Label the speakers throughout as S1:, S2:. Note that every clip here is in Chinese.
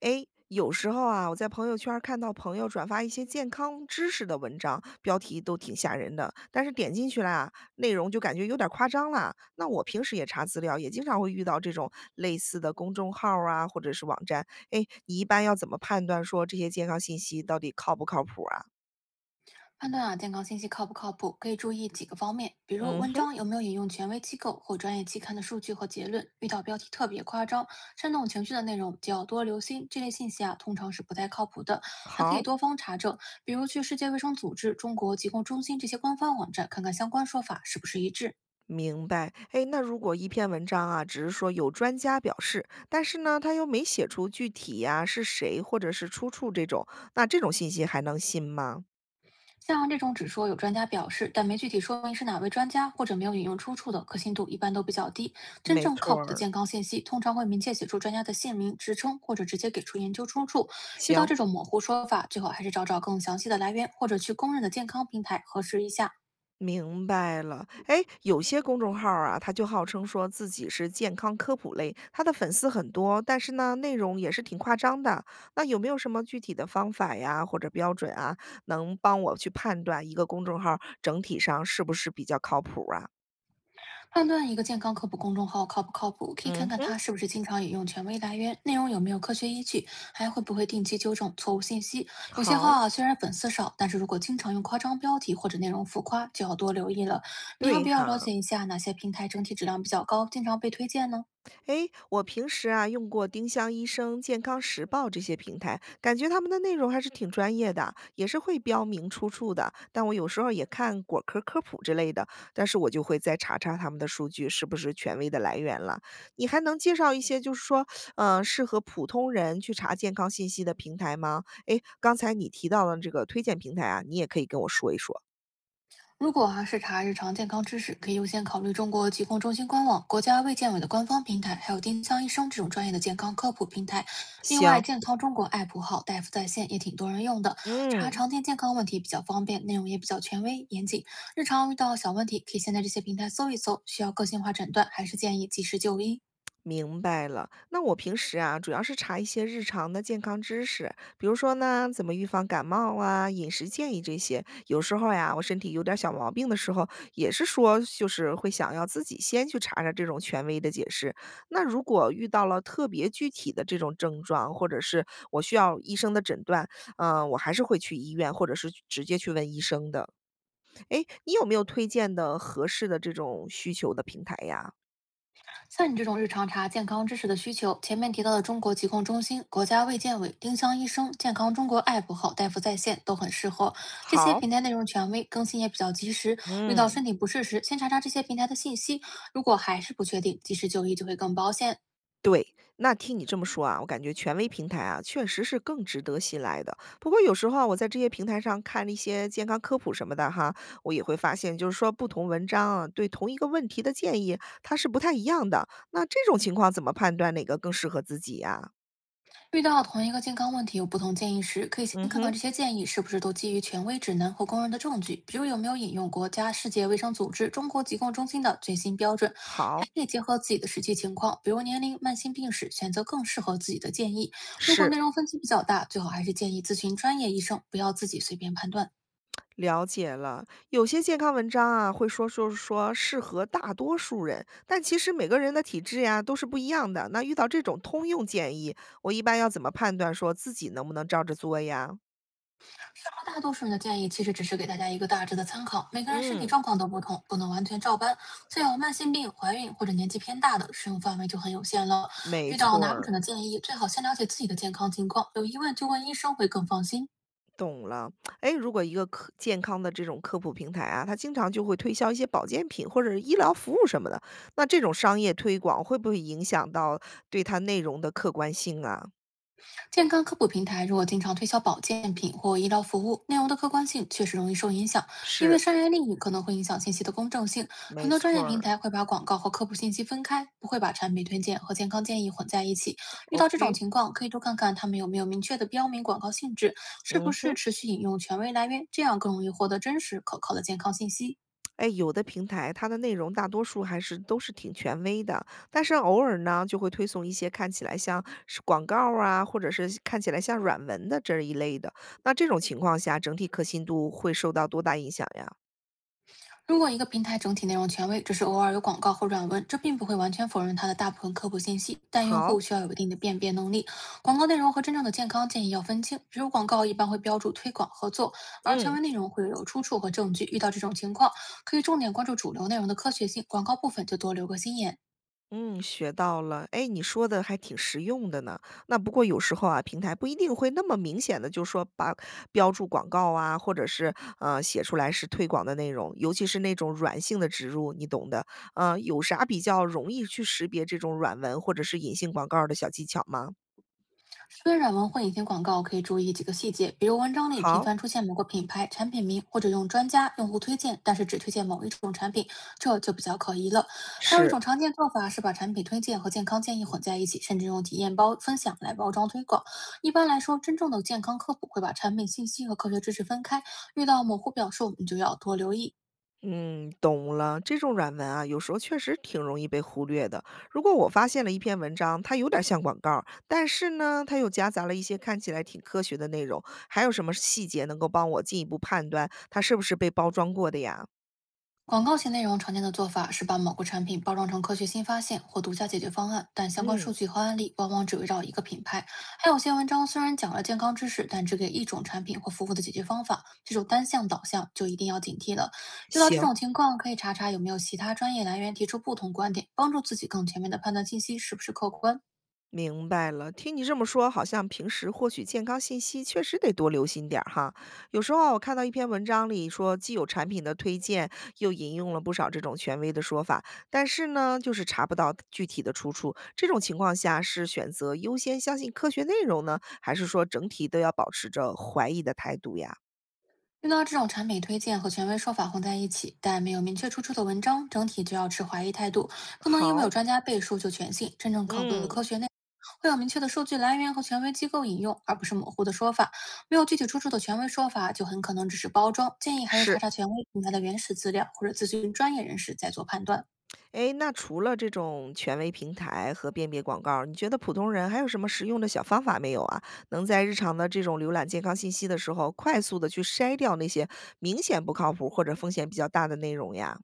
S1: 诶，有时候啊，我在朋友圈儿看到朋友转发一些健康知识的文章，标题都挺吓人的，但是点进去了啊，内容就感觉有点儿夸张啦。那我平时也查资料，也经常会遇到这种类似的公众号儿啊，或者是网站。诶，你一般要怎么判断说这些健康信息到底靠不靠谱啊？
S2: 判断健康信息靠不靠谱，可以注意几个方面，比如
S1: 嗯
S2: 文
S1: 哼，
S2: 章有没有引用权威机构或专业期刊的数据和结论，遇到标题特别夸张、煽动情绪的内容就要多留心。这类信息通常是不太靠谱的，还可以
S1: 好。
S2: 多方查证，比如去世界卫生组织、中国疾控中心这些官方网站看看相关说法是不是一致。
S1: 明白，哎，那如果一篇文章啊，只是说有专家表示，但是呢，他又没写出具体呀、是谁或者是出处这种，那这种信息还能信吗？
S2: 像这种只说有专家表示，但没具体说明是哪位专家，或者没有引用出处的，可信度一般都比较低。真
S1: 没
S2: 正靠
S1: 错
S2: 谱的
S1: 儿，
S2: 健康信息，通常会明确写出专家的姓名、职称，或者直接给出研究出处。遇到
S1: 行，
S2: 这种模糊说法，最好还是找找更详细的来源，或者去公认的健康平台核实一下。
S1: 明白了。哎，有些公众号儿啊，他就号称说自己是健康科普类，他的粉丝很多，但是呢，内容也是挺夸张的。那有没有什么具体的方法呀，或者标准啊，能帮我去判断一个公众号儿整体上是不是比较靠谱啊？
S2: 判断一个健康科普公众号靠不靠谱，可以
S1: 嗯
S2: 看看
S1: 哼。
S2: 它是不是经常引用权威来源，内容有没有科学依据，还会不会定期纠正错误信息。有些
S1: 好，
S2: 号，虽然粉丝少，但是如果经常用夸张标题或者内容浮夸，就要多留意了。你要
S1: 对
S2: 不要了
S1: 哈。
S2: 解一下哪些平台整体质量比较高，经常被推荐呢？
S1: 诶，我平时啊用过丁香医生、健康时报这些平台，感觉他们的内容还是挺专业的，也是会标明出处的。但我有时候也看果科科普之类的，但是我就会再查查他们的数据是不是权威的来源了。你还能介绍一些就是说，嗯，适合普通人去查健康信息的平台吗？诶，刚才你提到了这个推荐平台啊，你也可以跟我说一说。
S2: 如果是查日常健康知识，可以优先考虑中国疾控中心官网、国家卫健委的官方平台，还有丁香医生这种专业的健康科普平台。另外，
S1: 行，
S2: 健康中国 app 号大夫在线也挺多人用的，查
S1: 嗯。
S2: 常见健康问题比较方便，内容也比较权威严谨。日常遇到小问题，可以先在这些平台搜一搜，需要个性化诊断，还是建议及时就医。
S1: 明白了，那我平时啊，主要是查一些日常的健康知识，比如说呢，怎么预防感冒啊，饮食建议这些。有时候呀，我身体有点小毛病的时候，也是说就是会想要自己先去查查这种权威的解释。那如果遇到了特别具体的这种症状，或者是我需要医生的诊断，嗯、我还是会去医院，或者是直接去问医生的。诶，你有没有推荐的合适的这种需求的平台呀？
S2: 像你这种日常查健康知识的需求，前面提到的中国疾控中心、国家卫健委、丁香医生、健康中国 App 和大夫在线都很适合。这些
S1: 好，
S2: 平台内容权威，更新也比较及时。遇到
S1: 嗯。
S2: 身体不适时，先查查这些平台的信息，如果还是不确定，及时就医就会更保险。
S1: 对，那听你这么说啊，我感觉权威平台啊，确实是更值得信赖的。不过有时候啊，我在这些平台上看一些健康科普什么的哈，我也会发现，就是说不同文章啊，对同一个问题的建议，它是不太一样的。那这种情况怎么判断哪个更适合自己呀、
S2: 遇到同一个健康问题有不同建议时，可以先
S1: 嗯
S2: 看看
S1: 哼，
S2: 这些建议是不是都基于权威指南和公认的证据，比如有没有引用国家世界卫生组织、中国疾控中心的最新标准，还
S1: 好，
S2: 可以结合自己的实际情况，比如年龄、慢性病史，选择更适合自己的建议。如果
S1: 是。
S2: 内容分歧比较大，最好还是建议咨询专业医生，不要自己随便判断。
S1: 了解了，有些健康文章啊会说适合大多数人，但其实每个人的体质呀都是不一样的。那遇到这种通用建议，我一般要怎么判断说自己能不能照着做呀？
S2: 医疗大多数人的建议其实只是给大家一个大致的参考，每个人身体
S1: 嗯，
S2: 状况都不同，不能完全照搬。像有慢性病、怀孕或者年纪偏大的，适用范围就很有限了。
S1: 没
S2: 遇到
S1: 错
S2: 拿不准
S1: 儿，
S2: 的建议，最好先了解自己的健康情况，有疑问就问医生会更放心。
S1: 懂了。哎，如果一个科健康的这种科普平台啊，它经常就会推销一些保健品或者是医疗服务什么的，那这种商业推广会不会影响到对它内容的客观性啊？
S2: 健康科普平台如果经常推销保健品或医疗服务，内容的客观性确实容易受影响，因为
S1: 是，
S2: 商业利益可能会影响信息的公正性。很
S1: 没
S2: 多专
S1: 错
S2: 业平
S1: 儿。
S2: 台会把广告和科普信息分开，不会把产品推荐和健康建议混在一起。遇到这种
S1: OK，
S2: 情况，可以多看看他们有没有明确的标明广告性质，是
S1: 嗯
S2: 不是
S1: 哼。
S2: 持续引用权威来源，这样更容易获得真实可靠的健康信息。
S1: 哎，有的平台它的内容大多数还是都是挺权威的，但是偶尔呢就会推送一些看起来像是广告啊，或者是看起来像软文的这一类的。那这种情况下，整体可信度会受到多大影响呀？
S2: 如果一个平台整体内容权威，只是偶尔有广告或软文，这并不会完全否认它的大部分科普信息，但用
S1: 好，
S2: 户需要有一定的辨别能力。广告内容和真正的健康建议要分清，比如广告一般会标注推广合作，而权
S1: 嗯。
S2: 威内容会有出处和证据。遇到这种情况，可以重点关注主流内容的科学性，广告部分就多留个心眼。
S1: 嗯，学到了。哎，你说的还挺实用的呢。那不过有时候啊，平台不一定会那么明显的，就说把标注广告啊，或者是写出来是推广的内容，尤其是那种软性的植入，你懂的。有啥比较容易去识别这种软文或者是隐性广告的小技巧吗？
S2: 微软文或隐形广告可以注意几个细节，比如文章里频
S1: 好，
S2: 繁出现某个品牌、产品名，或者用专家、用户推荐，但是只推荐某一种产品，这就比较可疑了。还有一
S1: 是。
S2: 种常见做法是把产品推荐和健康建议混在一起，甚至用体验包分享来包装推广。一般来说，真正的健康科普会把产品信息和科学知识分开，遇到模糊表述，你就要多留意。
S1: 嗯，懂了。这种软文啊，有时候确实挺容易被忽略的。如果我发现了一篇文章，它有点像广告但是呢，它又夹杂了一些看起来挺科学的内容，还有什么细节能够帮我进一步判断它是不是被包装过的呀？
S2: 广告型内容常见的做法是把某个产品包装成科学新发现或独家解决方案，但相关数
S1: 嗯，
S2: 据和案例往往只围绕一个品牌。还有些文章虽然讲了健康知识，但只给一种产品或服务的解决方法，这种单向导向就一定要警惕了。遇到这
S1: 行。
S2: 种情况，可以查查有没有其他专业来源提出不同观点，帮助自己更全面的判断信息是不是客观。
S1: 明白了，听你这么说，好像平时获取健康信息确实得多留心点儿哈。有时候啊我看到一篇文章里说，既有产品的推荐，又引用了不少这种权威的说法，但是呢，就是查不到具体的出处。这种情况下，是选择优先相信科学内容呢，还是说整体都要保持着怀疑的态度呀？
S2: 遇到这种产品推荐和权威说法混在一起，但没有明确出处的文章，整体就要持怀疑态度，不能因为有
S1: 好，
S2: 专家背书就全信。真正靠谱的
S1: 嗯，
S2: 科学内容会有明确的数据来源和权威机构引用，而不是模糊的说法。没有具体出处的权威说法，就很可能只是包装。建议还是查
S1: 是。
S2: 查权威平台的原始资料，或者咨询专业人士再做判断。
S1: 诶，那除了这种权威平台和辨别广告儿你觉得普通人还有什么实用的小方法没有啊？能在日常的这种浏览健康信息的时候，快速的去筛掉那些明显不靠谱或者风险比较大的内容呀？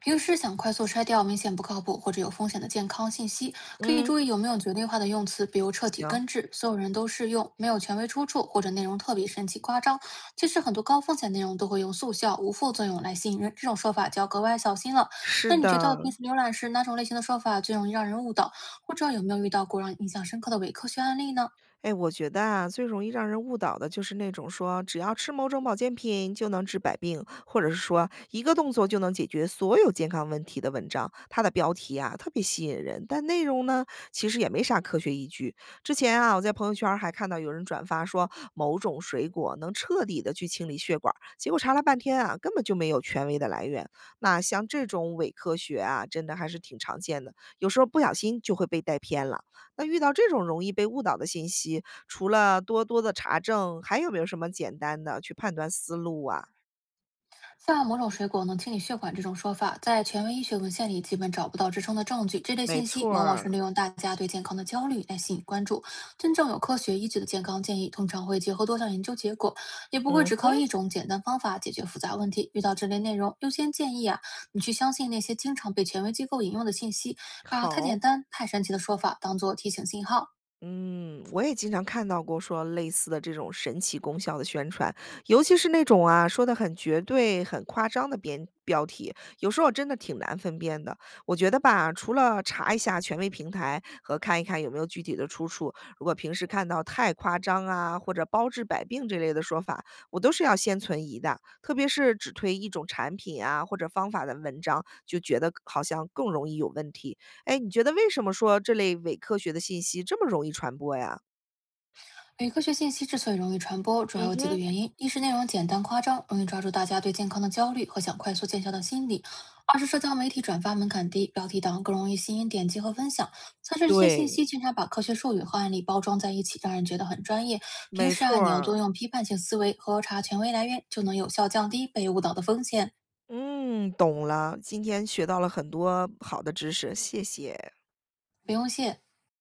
S2: 平时想快速筛掉明显不靠谱或者有风险的健康信息，可以
S1: 嗯，
S2: 注意有没有绝对化的用词，比如彻底
S1: 行，
S2: 根治、所有人都适用、没有权威出处或者内容特别神奇夸张。其实很多高风险内容都会用速效、无副作用来吸引人，这种说法就要格外小心了。
S1: 是
S2: 那你
S1: 的。
S2: 觉得平时浏览时哪种类型的说法最容易让人误导，或者有没有遇到过让你印象深刻的伪科学案例呢？
S1: 哎，我觉得啊，最容易让人误导的就是那种说只要吃某种保健品就能治百病，或者是说一个动作就能解决所有健康问题的文章，它的标题啊特别吸引人，但内容呢其实也没啥科学依据。之前啊，我在朋友圈儿还看到有人转发说某种水果能彻底的去清理血管儿结果查了半天啊，根本就没有权威的来源。那像这种伪科学啊，真的还是挺常见的，有时候不小心就会被带偏了。那遇到这种容易被误导的信息，除了多多的查证，还有没有什么简单的去判断思路啊？
S2: 像某种水果能清理血管这种说法，在权威医学文献里基本找不到支撑的证据。这类
S1: 没
S2: 信息
S1: 错
S2: 往往是
S1: 儿
S2: 利用大家对健康的焦虑来吸引关注。真正有科学依据的健康建议，通常会结合多项研究结果，也不会
S1: 嗯
S2: 只
S1: 哼。
S2: 靠一种简单方法解决复杂问题。遇到这类内容，优先建议，你去相信那些经常被权威机构引用的信息，把太
S1: 好。
S2: 简单、太神奇的说法当做提醒信号，
S1: 嗯，我也经常看到过说类似的这种神奇功效的宣传，尤其是那种啊说的很绝对、很夸张的编标题，有时候真的挺难分辨的。我觉得吧，除了查一下权威平台和看一看有没有具体的出处，如果平时看到太夸张啊或者包治百病这类的说法，我都是要先存疑的。特别是只推一种产品啊或者方法的文章，就觉得好像更容易有问题。哎，你觉得为什么说这类伪科学的信息这么容易传播呀？
S2: 伪科学信息之所以容易传播，主要
S1: 嗯
S2: 有几个
S1: 哼，
S2: 原因：一是内容简单夸张，容易抓住大家对健康的焦虑和想快速见效的心理；二是社交媒体转发门槛低，标题党更容易吸引点击和分享；三是这些信
S1: 对，
S2: 息经常把科学术语和案例包装在一起，让人觉得很专业。平
S1: 没
S2: 时，
S1: 错
S2: 你要
S1: 儿，
S2: 多用批判性思维，核查权威来源，就能有效降低被误导的风险。
S1: 嗯，懂了，今天学到了很多好的知识，谢谢。
S2: 不用谢。